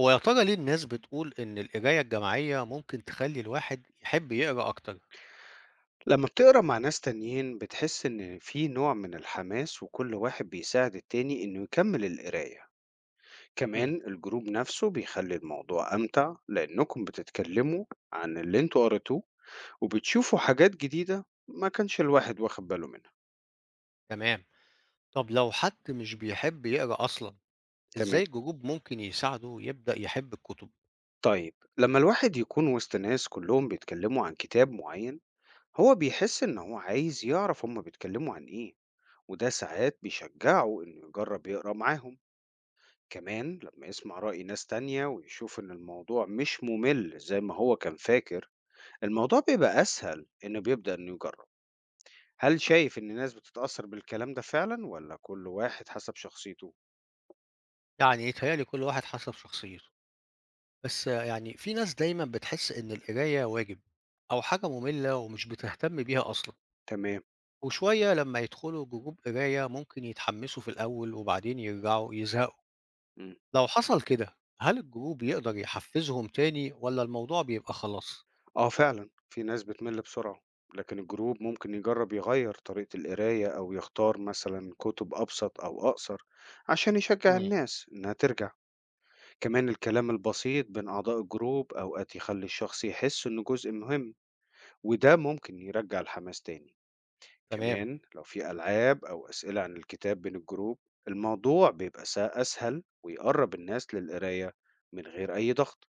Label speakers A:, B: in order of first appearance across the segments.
A: هو يا ترى ليه الناس بتقول إن القراية الجماعية ممكن تخلي الواحد يحب يقرأ أكتر؟
B: لما بتقرا مع ناس تانيين بتحس إن في نوع من الحماس، وكل واحد بيساعد التاني إنه يكمل القراية.
A: امم.
B: كمان الجروب نفسه بيخلي الموضوع أمتع لأنكم بتتكلموا عن اللي انتوا قريتوه وبتشوفوا حاجات جديدة ما كانش الواحد واخد باله منها.
A: تمام، طب لو حد مش بيحب يقرأ أصلا، إزاي
B: تمام
A: الجروب ممكن يساعده يبدأ يحب الكتب؟
B: طيب لما الواحد يكون وسط ناس كلهم بيتكلموا عن كتاب معين، هو بيحس إن هو عايز يعرف هما بيتكلموا عن إيه، وده ساعات بيشجعه إنه يجرب يقرأ معاهم. كمان لما يسمع رأي ناس تانية ويشوف إن الموضوع مش ممل زي ما هو كان فاكر، الموضوع بيبقى أسهل، إنه بيبدأ إنه يجرب. هل شايف إن الناس بتتأثر بالكلام ده فعلا ولا كل واحد حسب شخصيته؟
A: يعني يتهيألي كل واحد حسب شخصيته، بس يعني في ناس دايما بتحس إن القراية واجب أو حاجة مملة ومش بتهتم بيها أصلا،
B: تمام.
A: وشوية لما يدخلوا جروب قراية ممكن يتحمسوا في الأول وبعدين يرجعوا يزهقوا.
B: مم.
A: لو حصل كده هل الجروب يقدر يحفزهم تاني والّا الموضوع بيبقى خلاص؟
B: آه فعلا في ناس بتمل بسرعة، لكن الجروب ممكن يجرب يغير طريقة القراية أو يختار مثلا كتب أبسط أو أقصر عشان يشجع
A: إمم،
B: الناس إنها ترجع. كمان الكلام البسيط بين أعضاء الجروب أوقات يخلي الشخص يحس إنه جزء مهم، وده ممكن يرجع الحماس تاني.
A: تمام،
B: كمان لو في ألعاب أو أسئلة عن الكتاب بين الجروب، الموضوع بيبقى أسهل ويقرب الناس للقراية من غير أي ضغط.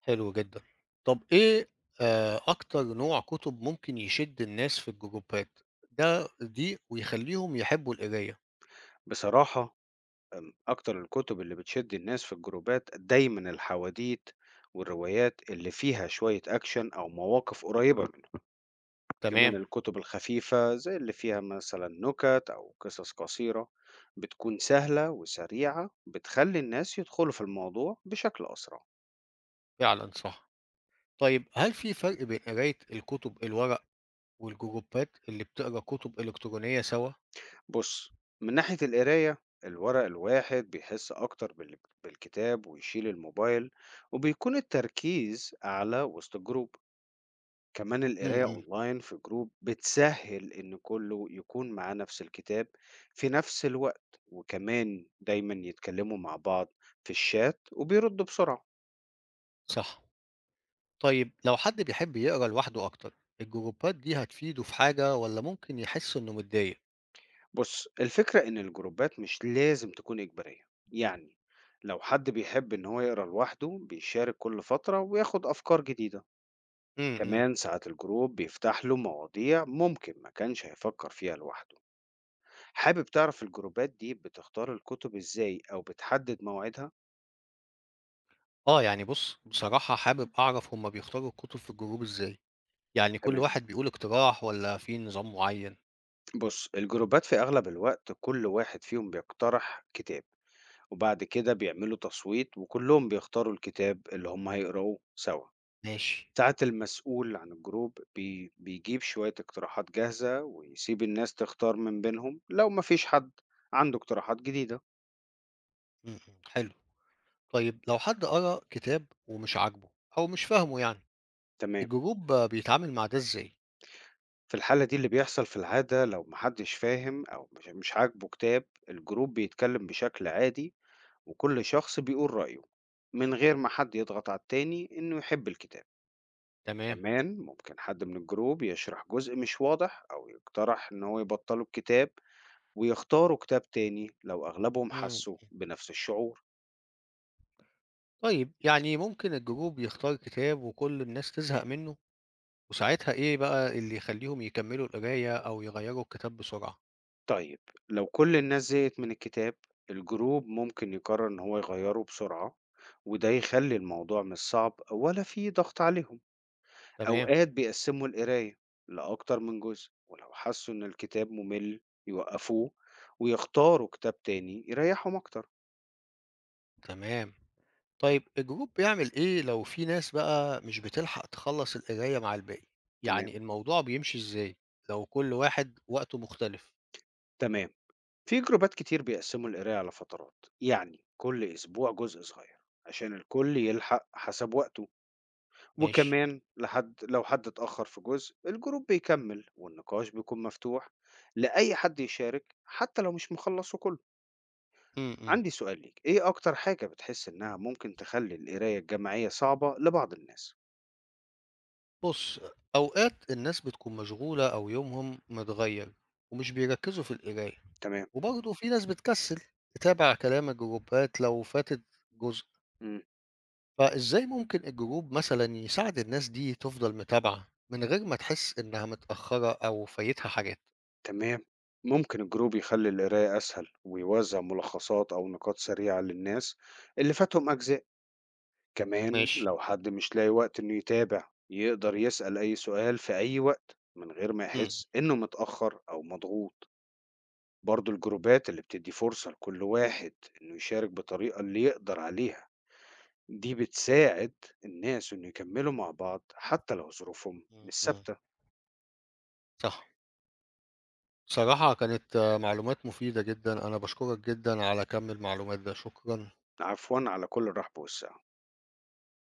A: حلو جدًا. طب إيه أكتر نوع كُتب ممكن يشد الناس في الجروبات دي ويخلّيهم يحبّوا القراية؟
B: بصراحة، أكتر الكتب اللي بتشد الناس في الجروبات دايما الحواديت والروايات اللي فيها شوية أكشن أو مواقف قريبة منه. كمان
A: تمام،
B: الكتب الخفيفة زي اللي فيها مثلا نكت أو قصص قصيرة بتكون سهلة وسريعة، بتخلي الناس يدخلوا في الموضوع بشكل أسرع.
A: فعلًا صح. طيب هل في فرق بين قراية الكُتب الورق والجروبات اللي بتقرا كُتب إلكترونية سوا؟
B: بص، من ناحية القراية الورق الواحد بيحس أكتر بالكتاب ويشيل الموبايل، وبيكون التركيز أعلى وسط الجروب. كمان
A: إمم،
B: القراية
A: إمم،
B: أونلاين في جروب بتسهل إن كله يكون معاه نفس الكتاب في نفس الوقت، وكمان دايما يتكلموا مع بعض في الشات وبيردوا بسرعة.
A: صح. طيب لو حد بيحب يقرا لوحده أكتر، الجروبات دي هتفيده في حاجة والّا ممكن يحس إنه متضايق؟
B: بص، الفكرة إن الجروبات مش لازم تكون إجبارية يعني. لو حد بيحب إن هو يقرأ لوحده بيشارك كل فترة وياخد أفكار جديدة.
A: إمم، إمم.
B: كمان ساعات الجروب بيفتح له مواضيع ممكن ما كانش هيفكر فيها لوحده. حابب تعرف الجروبات دي بتختار الكتب ازاي او بتحدد مواعيدها؟
A: آه، يعني بُص، بصراحة حابب أعرف هُم بيختاروا الكتب في الجروب إزاي، يعني كل
B: تمام.
A: واحد بيقول اقتراح والّا في نظام معيّن؟
B: بص، الجروبات في اغلب الوقت كل واحد فيهم بيقترح كتاب، وبعد كده بيعملوا تصويت وكلهم بيختاروا الكتاب اللي هم هيقرأوه سوا.
A: ماشي،
B: ساعات المسؤول عن الجروب بيجيب شوية اقتراحات جاهزة ويسيب الناس تختار من بينهم لو مفيش حد عنده اقتراحات جديدة.
A: إمم، إمم، حلو. طيب لو حد قرا كتاب ومش عاجبه أو مش فاهمه يعني،
B: تمام.
A: الجروب بيتعامل مع ده إزاي؟
B: في الحالة دي اللي بيحصل في العادة، لو محدش فاهم أو مش عاجبه كتاب، الجروب بيتكلم بشكل عادي وكل شخص بيقول رأيه من غير ما حد يضغط على التاني إنه يحب الكتاب.
A: تمام.
B: كمان ممكن حد من الجروب يشرح جزء مش واضح أو يقترح إن هو يبطلوا الكتاب ويختاروا كتاب تاني لو أغلبهم
A: إمم.
B: حسوا بنفس الشعور.
A: طيب، يعني ممكن الجروب يختار كتاب وكل الناس تزهق منه، وساعتها إيه بقى اللي يخلّيهم يكمّلوا القراية أو يغيّروا الكتاب بسرعة؟
B: طيب، لو كل الناس زهقت من الكتاب، الجروب ممكن يقرر إن هو يغيره بسرعة، وده يخلي الموضوع مش صعب ولا فيه ضغط عليهم.
A: تمام،
B: أوقات بيقسّموا القراية لأكتر من جزء، ولو حسّوا إن الكتاب مُمِل يوقّفوه ويختاروا كتاب تاني يريّحهم أكتر.
A: تمام. طيب الجروب بيعمل إيه لو في ناس بقى مش بتلحق تخلّص القراية مع الباقي؟
B: تمام،
A: يعني الموضوع بيمشي إزاي لو كل واحد وقته مختلف؟
B: تمام. في جروبات كتير بيقسّموا القراية على فترات، يعني كل أسبوع جزء صغير عشان الكل يلحق حسب وقته،
A: ماشي،
B: وكمان لحد لو حد اتأخّر في جزء، الجروب بيكمّل والنقاش بيكون مفتوح لأي حد يشارك حتى لو مش مخلّصه كُلّه.
A: إمم، إمم.
B: عندي سؤال ليك: ايه اكتر حاجة بتحس انها ممكن تخلي القراية الجماعية صعبة لبعض الناس؟
A: بُص، أوقات الناس بتكون مشغولة أو يومهم متغيّر ومش بيركّزوا في القراية،
B: تمام.
A: وبرضه في ناس بتكسّل تتابع كلام الجروبات لو فاتت جزء،
B: مم.
A: فإزاي ممكن الجروب مثلًا يساعد الناس دي تفضل متابعة من غير ما تحس إنها متأخّرة أو فايتها حاجات؟
B: تمام، ممكن الجروب يخلي القراية اسهل ويوزع ملخصات او نقاط سريعة للناس اللي فاتهم اجزاء. كمان
A: ماشي.
B: لو حد مش لاقي وقت انه يتابع، يقدر يسأل اي سؤال في اي وقت من غير ما
A: إمم،
B: يحس انه متأخر او مضغوط. برضو الجروبات اللي بتدي فرصة لكل واحد انه يشارك بطريقة اللي يقدر عليها دي بتساعد الناس إنه يكمّلوا مع بعض حتى لو ظروفهم
A: إمم،
B: مش
A: إمم.
B: ثابتة.
A: صح. بصراحة كانت معلومات مفيدة جدًا، أنا باشكرك جدًا على كَم المعلومات ده، شكرًا.
B: عفوًا، على كل الرحب والسعة.